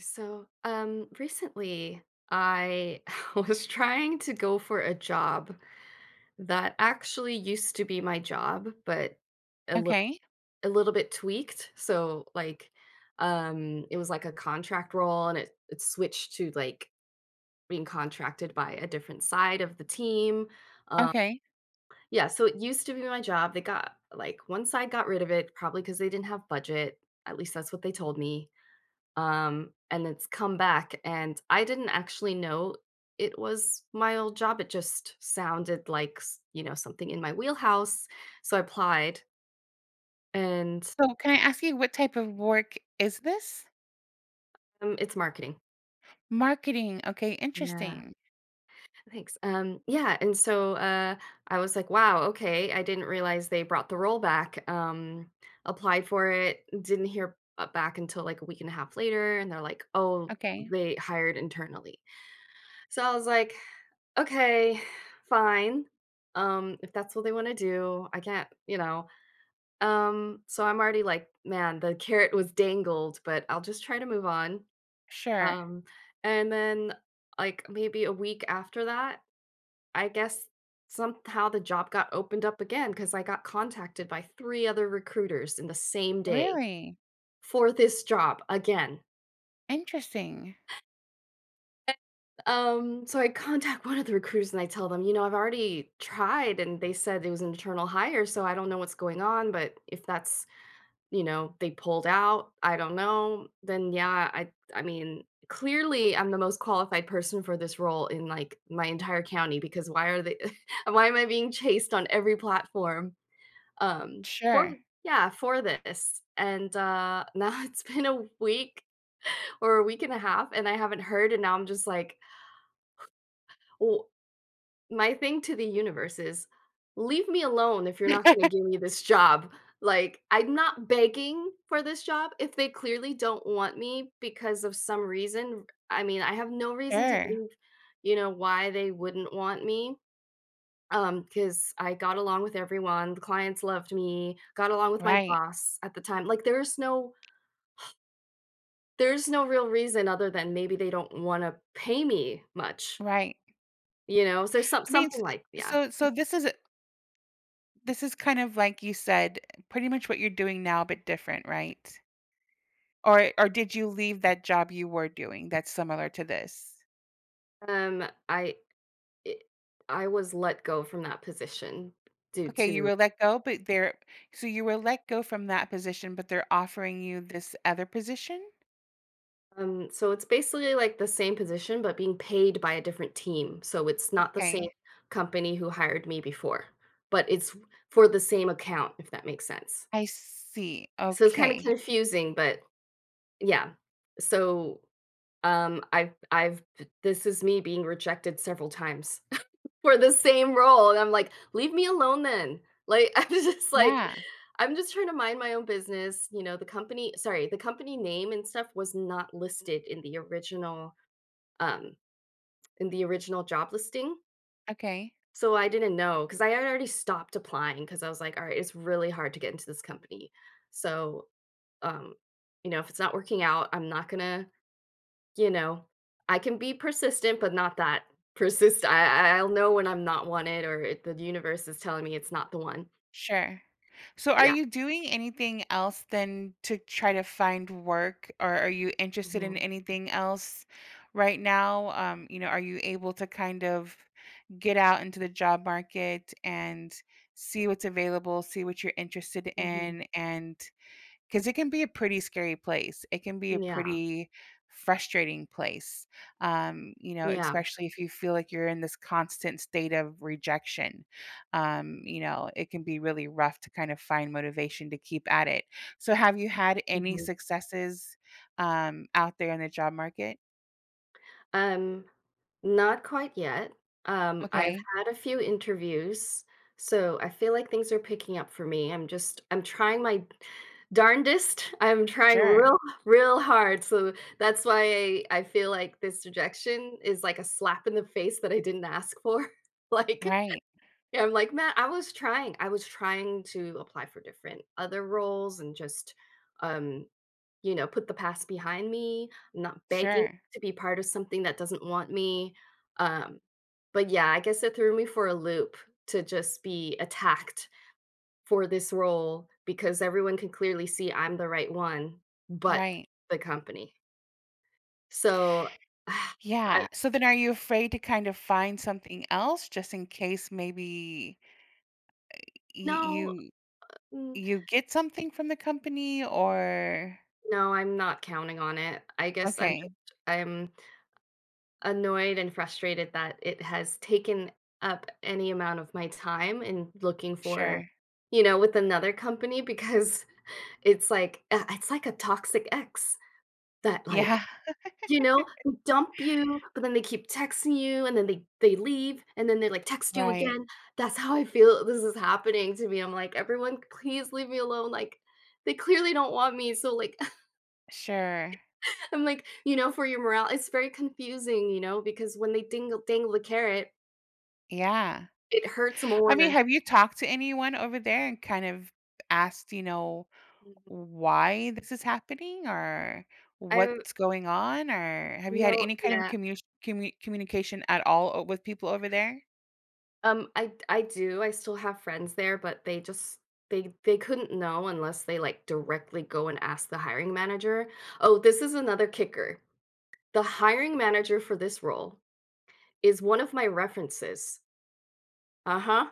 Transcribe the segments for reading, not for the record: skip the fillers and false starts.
Recently I was trying to go for a job that actually used to be my job, but a little Okay, a little bit tweaked. It was like a contract role, and it switched to like being contracted by a different side of the team. Um, okay. yeah. So it used to be my job. They got like one side got rid of it, probably because they didn't have budget. At least that's what they told me, and it's come back, and I didn't actually know it was my old job. It just sounded like, something in my wheelhouse, so I applied, and, So can I ask you what type of work is this? um, it's marketing. Marketing, okay, Yeah, interesting. thanks. I was like, "Wow, okay, I didn't realize they brought the role back." Applied for it, didn't hear, back until, like, a week and a half later, and they're like, "Oh, Okay, they hired internally." So I was like, okay, fine. If that's what they wanna do, I can't, you know? So I'm already like, "Man, the carrot was dangled, but I'll just try to move on." sure. Um, and then, like, maybe a week after that, I guess somehow the job got opened up again because I got contacted by 3 other recruiters in the same day Really? for this job again. Interesting. So I contact one of the recruiters and I tell them, you know, I've already tried and they said it was an internal hire, so I don't know what's going on, but if that's, you know, they pulled out, I don't know, then yeah, I mean, clearly I'm the most qualified person for this role in like my entire county. Because why are they why am I being chased on every platform? For Sure. Yeah, for this. And now it's been a week or a week and a half and I haven't heard and now I'm just like, well, my thing to the universe is, "Leave me alone if you're not gonna give me this job." Like, I'm not begging for this job if they clearly don't want me because of some reason. I mean, I have no reason to Sure. believe, you know, why they wouldn't want me. Because I got along with everyone, the clients loved me, got along with my Right, boss at the time. Like, there's no real reason other than maybe they don't wanna pay me much, right. you know? So there's some I mean, s something like yeah. so this is this is kind of like you said, pretty much what you're doing now, but different, right? Or did you leave that job you were doing that's similar to this? Um, I It I was let go from that position due Okay, you to were let go, but they're so you were let go from that position, but they're offering you this other position? So it's basically like the same position, but being paid by a different team. So it's not the same Okay, company who hired me before, but it's for the same account, if that makes sense. I see. So it's kind of Okay. confusing, but yeah. So I've this is me being rejected several times for the same role, and I'm like, "Leave me alone then." Like, I am just like, Yeah. "I'm just trying to mind my own business," you know, the company sorry, the company name and stuff was not listed in the original, um, in the original job listing, Okay. so I didn't know because I had already stopped applying because I was like, "Alright, it's really hard to get into this company." So, um, you know, if it's not working out, I'm not gonna you know, I can be persistent, but not that persist I'll know when I'm not wanted or if the universe is telling me it's not the one. Sure. So are Yeah. you doing anything else than to try to find work, or are you interested in Mhm. anything else right now? You know, are you able to kind of get out into the job market and see what's available, see what you're interested Mhm. in? And 'cause it can be a pretty scary place. It can be a Yeah. pretty frustrating place. You know, Yeah. especially if you feel like you're in this constant state of rejection. You know, it can be really rough to kind of find motivation to keep at it. So have you had any Mhm. successes, out there in the job market? Um, Not quite yet. I've Okay. had a few interviews, so I feel like things are picking up for me. I'm just I'm trying my darndest. I'm trying Sure. real hard. So that's why I feel like this rejection is like a slap in the face that I didn't ask for. Like, Right. yeah, I'm like, man, I was trying. I was trying to apply for different other roles and just um you know, put the past behind me. I'm not begging Sure. to be part of something that doesn't want me. Um, but yeah, I guess it threw me for a loop to just be attacked for this role because everyone can clearly see I'm the right one, but Right. the company. So I Yeah. So then are you afraid to kind of find something else just in case maybe y no, you mm, you get something from the company, or no, I'm not counting on it. I guess I'm okay, just I'm annoyed and frustrated that it has taken up any amount of my time in looking for, sure. you know, with another company because it's like a toxic ex that like, Yeah, you know, they dump you, but then they keep texting you and then they leave and then they like text you right. again. That's how I feel this is happening to me. I'm like, everyone, please leave me alone. Like they clearly don't want me. So like Sure. I'm like, you know, for your morale, it's very confusing, you know, because when they dingle dangle the carrot, Yeah. it hurts I mean, more. have you talked to anyone over there and kind of asked, you know, Mhm. why this is happening or I no, what's going on? Or have you had any kind of yeah. Communication at all o with people over there? I do, I still have friends there, but they just they couldn't know unless they, like, directly go and ask the hiring manager. Oh, this is another kicker. The hiring manager for this role is one of my references. Uh-huh.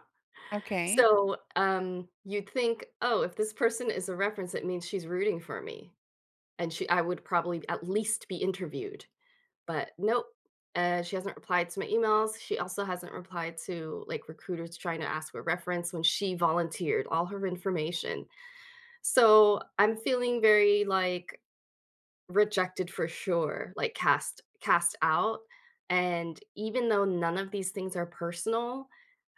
Okay. So, you'd think, "Oh, if this person is a reference, it means she's rooting for me, and she I would probably at least be interviewed." But nope, she hasn't replied to my emails. She also hasn't replied to like recruiters trying to ask for a reference when she volunteered all her information. So I'm feeling very like rejected for sure, like cast out. And even though none of these things are personal,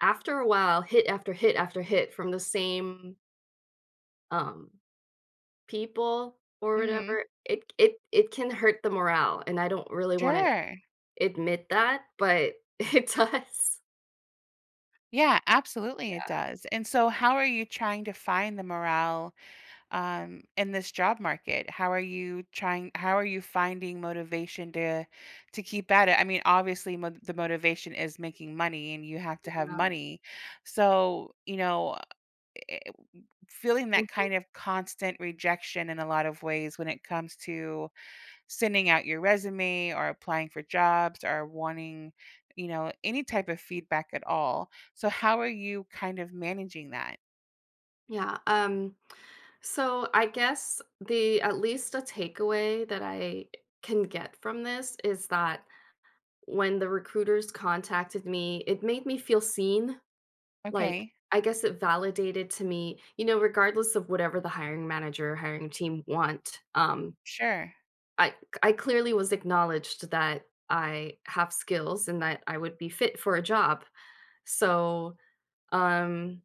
after a while, hit after hit after hit from the same um, people or Mhm. whatever, it can hurt the morale, and I don't really want to Sure. admit that, but it does. Yeah, absolutely, it does. And so how are you trying to find the morale in this job market? How are you trying? How are you finding motivation to keep at it? I mean, obviously, the motivation is making money, and you have to have Yeah, money. So, you know, feeling that mhm, kind of constant rejection in a lot of ways when it comes to sending out your resume or applying for jobs or wanting, you know, any type of feedback at all. So, how are you kind of managing that? yeah, so I guess the at least a takeaway that I can get from this is that when the recruiters contacted me, it made me feel seen, like, Okay, I guess it validated to me, you know, regardless of whatever the hiring manager or hiring team want, sure, I I clearly was acknowledged that I have skills and that I would be fit for a job, so Um,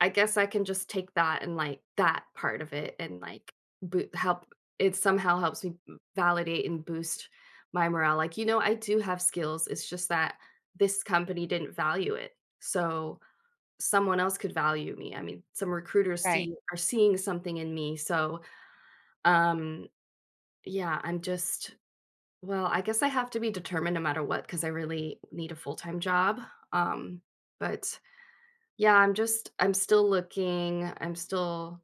I guess I can just take that and like that part of it and like boo help it somehow helps me validate and boost my morale, like, you know, I do have skills, it's just that this company didn't value it, so someone else could value me, I mean, some recruiters right. see are seeing something in me, so, um, yeah, I'm just, well, I guess I have to be determined no matter what because I really need a full-time job, um, but yeah, I'm still looking, I'm still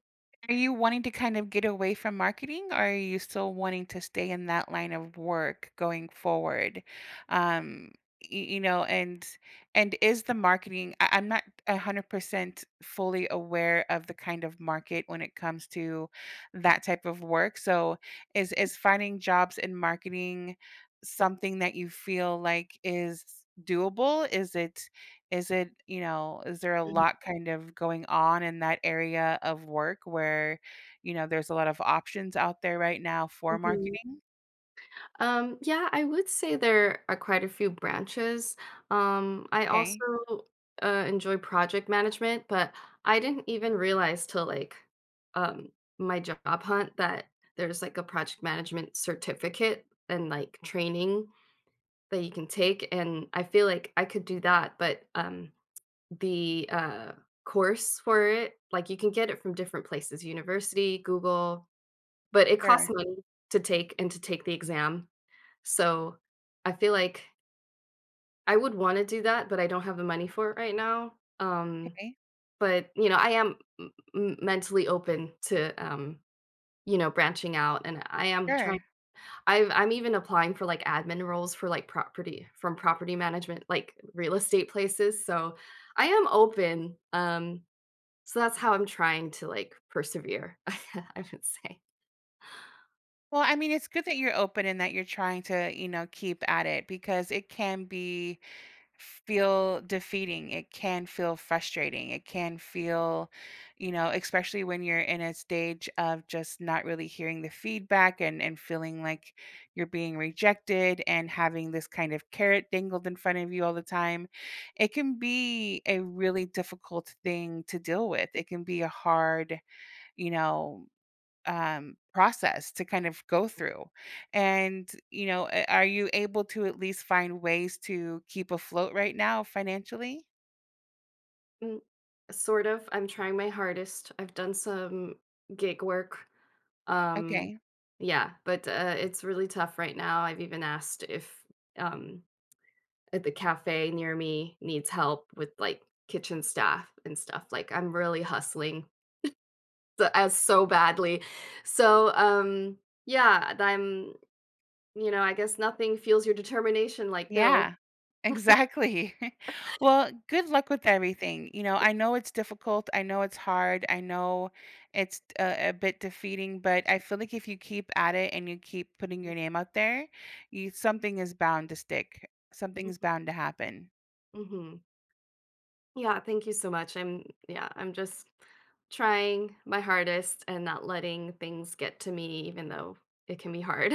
Are you wanting to kind of get away from marketing, or are you still wanting to stay in that line of work going forward? Um, y- you know, and is the marketing? I'm not 100% fully aware of the kind of market when it comes to that type of work. So, is finding jobs in marketing something that you feel like is doable? Is it is it, you know, is there a Mhm, lot kind of going on in that area of work where, you know, there's a lot of options out there right now for mhm. marketing? Yeah, I would say there are quite a few branches. I also, Okay, enjoy project management, but I didn't even realize till, like, um, my job hunt that there's, like, a project management certificate and, like, training that you can take, and I feel like I could do that, but, the, course for it. Like, you can get it from different places, university, Google, but it costs sure, money to take and to take the exam. So, I feel like I would wanna do that, but I don't have the money for it right now. Okay, But, you know, I am m m mentally open to, you know, branching out, and I am trying sure. I'm even applying for, like, admin roles for, like, property from property management, like, real estate places, so I am open, so that's how I'm trying to, like, persevere, I would say. Well, I mean, it's good that you're open and that you're trying to, you know, keep at it, because it can be feel defeating. It can feel frustrating. It can feel, you know, especially when you're in a stage of just not really hearing the feedback, and feeling like you're being rejected and having this kind of carrot dangled in front of you all the time. It can be a really difficult thing to deal with. It can be a hard, you know, process to kind of go through. And, you know, are you able to at least find ways to keep afloat right now financially? Mm, sort of, I'm trying my hardest. I've done some gig work, um Okay. yeah, but, it's really tough right now. I've even asked if, um, at the cafe near me needs help with, like, kitchen staff and stuff, like, I'm really hustling the as so badly. So, yeah, I'm You know, I guess nothing fuels your determination like Bill. Yeah. Exactly. Well, good luck with everything. You know, I know it's difficult. I know it's hard. I know it's a bit defeating, but I feel like if you keep at it and you keep putting your name out there, you something is bound to stick. Something's Mhm, bound to happen. mhm. Yeah, thank you so much. I'm yeah, I'm just trying my hardest and not letting things get to me even though it can be hard.